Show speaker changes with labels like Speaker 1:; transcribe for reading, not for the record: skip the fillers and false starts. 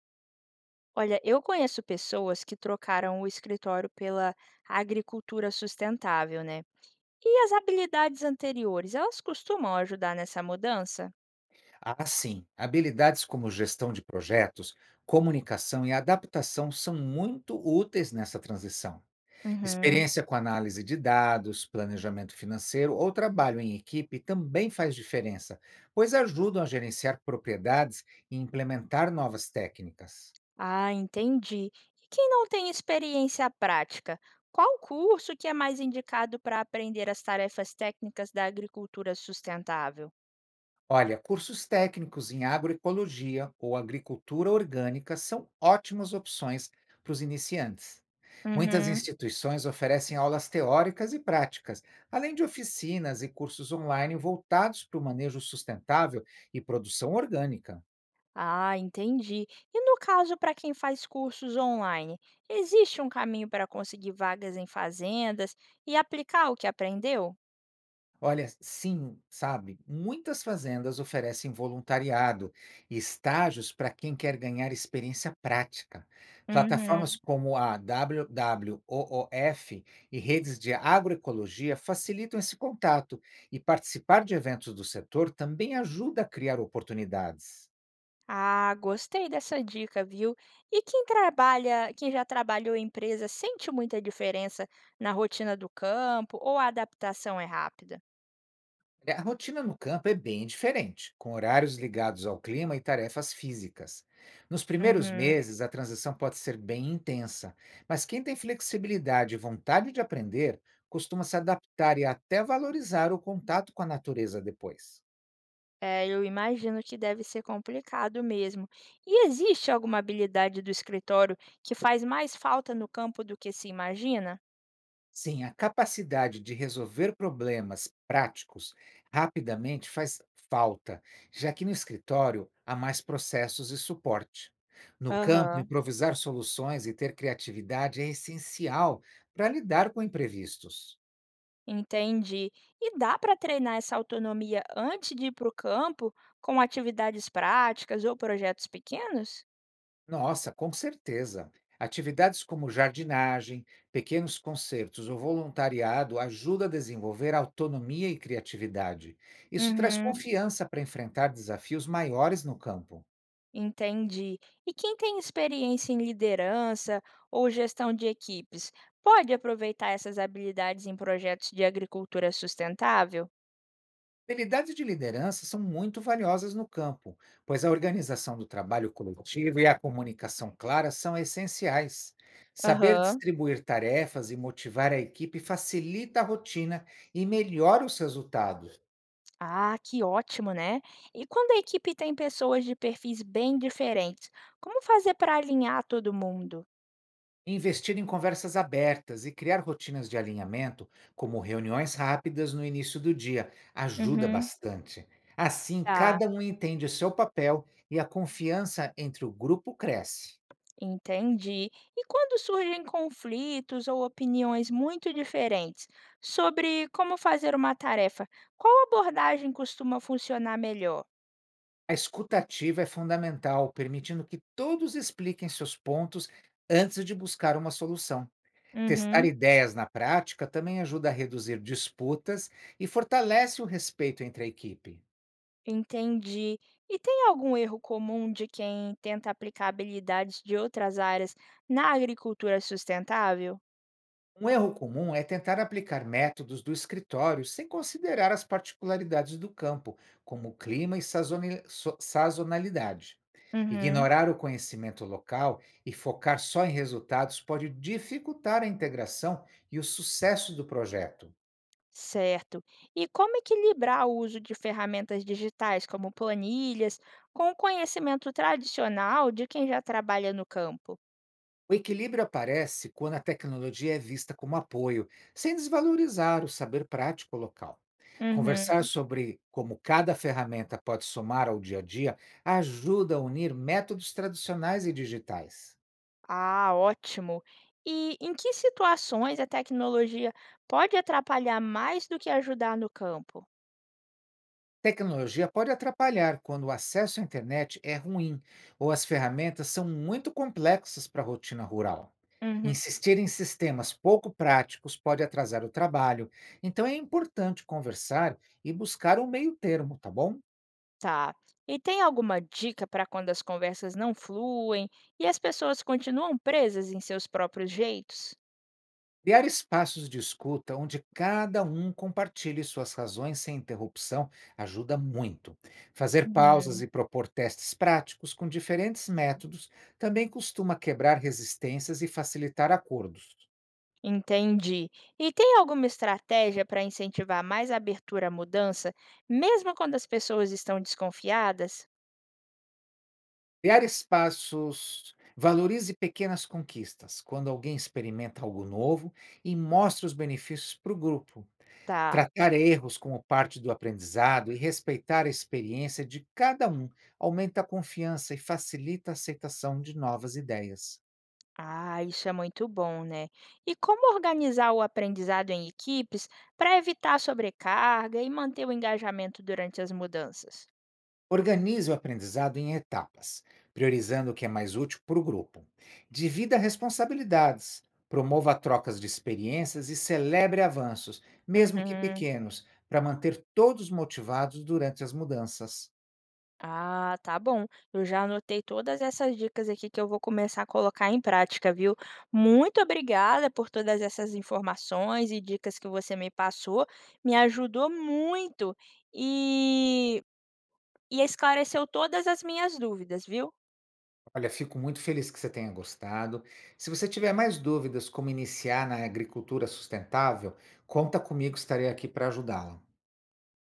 Speaker 1: Olha, eu conheço pessoas que trocaram o escritório pela agricultura sustentável, né? E as habilidades anteriores, elas costumam ajudar nessa mudança?
Speaker 2: Ah, sim. Habilidades como gestão de projetos, comunicação e adaptação são muito úteis nessa transição.
Speaker 1: Uhum.
Speaker 2: Experiência com análise de dados, planejamento financeiro ou trabalho em equipe também faz diferença, pois ajudam a gerenciar propriedades e implementar novas técnicas.
Speaker 1: Ah, entendi. E quem não tem experiência prática, qual curso que é mais indicado para aprender as tarefas técnicas da agricultura sustentável?
Speaker 2: Olha, cursos técnicos em agroecologia ou agricultura orgânica são ótimas opções para os iniciantes. Muitas
Speaker 1: Uhum.
Speaker 2: instituições oferecem aulas teóricas e práticas, além de oficinas e cursos online voltados para o manejo sustentável e produção orgânica.
Speaker 1: Ah, entendi. E no caso, para quem faz cursos online, existe um caminho para conseguir vagas em fazendas e aplicar o que aprendeu?
Speaker 2: Olha, sim, sabe? Muitas fazendas oferecem voluntariado e estágios para quem quer ganhar experiência prática. Plataformas
Speaker 1: Uhum.
Speaker 2: como a WWOOF e redes de agroecologia facilitam esse contato, e participar de eventos do setor também ajuda a criar oportunidades.
Speaker 1: Ah, gostei dessa dica, viu? E quem trabalha, quem já trabalhou em empresa, sente muita diferença na rotina do campo ou a adaptação é rápida?
Speaker 2: Olha, a rotina no campo é bem diferente, com horários ligados ao clima e tarefas físicas. Nos primeiros
Speaker 1: Uhum.
Speaker 2: meses, a transição pode ser bem intensa, mas quem tem flexibilidade e vontade de aprender costuma se adaptar e até valorizar o contato com a natureza depois.
Speaker 1: É, eu imagino que deve ser complicado mesmo. E existe alguma habilidade do escritório que faz mais falta no campo do que se imagina?
Speaker 2: Sim, a capacidade de resolver problemas práticos rapidamente faz falta, já que no escritório há mais processos e suporte. No campo,
Speaker 1: Aham,
Speaker 2: improvisar soluções e ter criatividade é essencial para lidar com imprevistos.
Speaker 1: entendi. E dá para treinar essa autonomia antes de ir para o campo com atividades práticas ou projetos pequenos?
Speaker 2: Nossa, com certeza! Atividades como jardinagem, pequenos concertos ou voluntariado ajudam a desenvolver autonomia e criatividade. Isso traz
Speaker 1: Uhum,
Speaker 2: confiança para enfrentar desafios maiores no campo.
Speaker 1: entendi. E quem tem experiência em liderança ou gestão de equipes pode aproveitar essas habilidades em projetos de agricultura sustentável?
Speaker 2: Habilidades de liderança são muito valiosas no campo, pois a organização do trabalho coletivo e a comunicação clara são essenciais. Saber
Speaker 1: Aham.
Speaker 2: distribuir tarefas e motivar a equipe facilita a rotina e melhora os resultados.
Speaker 1: Ah, que ótimo, né? E quando a equipe tem pessoas de perfis bem diferentes, como fazer para alinhar todo mundo?
Speaker 2: Investir em conversas abertas e criar rotinas de alinhamento, como reuniões rápidas no início do dia, ajuda
Speaker 1: Uhum.
Speaker 2: bastante. Assim,
Speaker 1: Tá.
Speaker 2: cada um entende o seu papel e a confiança entre o grupo cresce.
Speaker 1: Entendi. E quando surgem conflitos ou opiniões muito diferentes sobre como fazer uma tarefa, qual abordagem costuma funcionar melhor?
Speaker 2: A escuta ativa é fundamental, permitindo que todos expliquem seus pontos antes de buscar uma solução. Testar
Speaker 1: Uhum,
Speaker 2: ideias na prática também ajuda a reduzir disputas e fortalece o respeito entre a equipe.
Speaker 1: entendi. E tem algum erro comum de quem tenta aplicar habilidades de outras áreas na agricultura sustentável?
Speaker 2: Um erro comum é tentar aplicar métodos do escritório sem considerar as particularidades do campo, como clima e sazonalidade.
Speaker 1: Uhum,
Speaker 2: Ignorar o conhecimento local e focar só em resultados pode dificultar a integração e o sucesso do projeto.
Speaker 1: certo. E como equilibrar o uso de ferramentas digitais como planilhas com o conhecimento tradicional de quem já trabalha no campo?
Speaker 2: O equilíbrio aparece quando a tecnologia é vista como apoio, sem desvalorizar o saber prático local. Conversar
Speaker 1: Uhum.
Speaker 2: sobre como cada ferramenta pode somar ao dia a dia ajuda a unir métodos tradicionais e digitais.
Speaker 1: Ah, ótimo. E em que situações a tecnologia pode atrapalhar mais do que ajudar no campo?
Speaker 2: Tecnologia pode atrapalhar quando o acesso à internet é ruim ou as ferramentas são muito complexas para a rotina rural.
Speaker 1: Uhum.
Speaker 2: Insistir em sistemas pouco práticos pode atrasar o trabalho, então é importante conversar e buscar um meio termo, tá bom?
Speaker 1: Tá. E tem alguma dica para quando as conversas não fluem e as pessoas continuam presas em seus próprios jeitos?
Speaker 2: Criar espaços de escuta onde cada um compartilhe suas razões sem interrupção ajuda muito. Fazer pausas
Speaker 1: Uhum.
Speaker 2: e propor testes práticos com diferentes métodos também costuma quebrar resistências e facilitar acordos.
Speaker 1: Entendi. E tem alguma estratégia para incentivar mais a abertura à mudança, mesmo quando as pessoas estão desconfiadas?
Speaker 2: Criar espaços. Valorize pequenas conquistas, quando alguém experimenta algo novo e mostre os benefícios para o grupo.
Speaker 1: Tá.
Speaker 2: Tratar erros como parte do aprendizado e respeitar a experiência de cada um aumenta a confiança e facilita a aceitação de novas ideias.
Speaker 1: Ah, isso é muito bom, né? E como organizar o aprendizado em equipes para evitar sobrecarga e manter o engajamento durante as mudanças?
Speaker 2: Organize o aprendizado em etapas, priorizando o que é mais útil para o grupo. Divida responsabilidades, promova trocas de experiências e celebre avanços, mesmo que
Speaker 1: Uhum.
Speaker 2: pequenos, para manter todos motivados durante as mudanças.
Speaker 1: Ah, tá bom. Eu já anotei todas essas dicas aqui que eu vou começar a colocar em prática, viu? Muito obrigada por todas essas informações e dicas que você me passou. Me ajudou muito e, e esclareceu todas as minhas dúvidas, viu?
Speaker 2: Olha, fico muito feliz que você tenha gostado. Se você tiver mais dúvidas como iniciar na agricultura sustentável, conta comigo, estarei aqui para ajudá-la.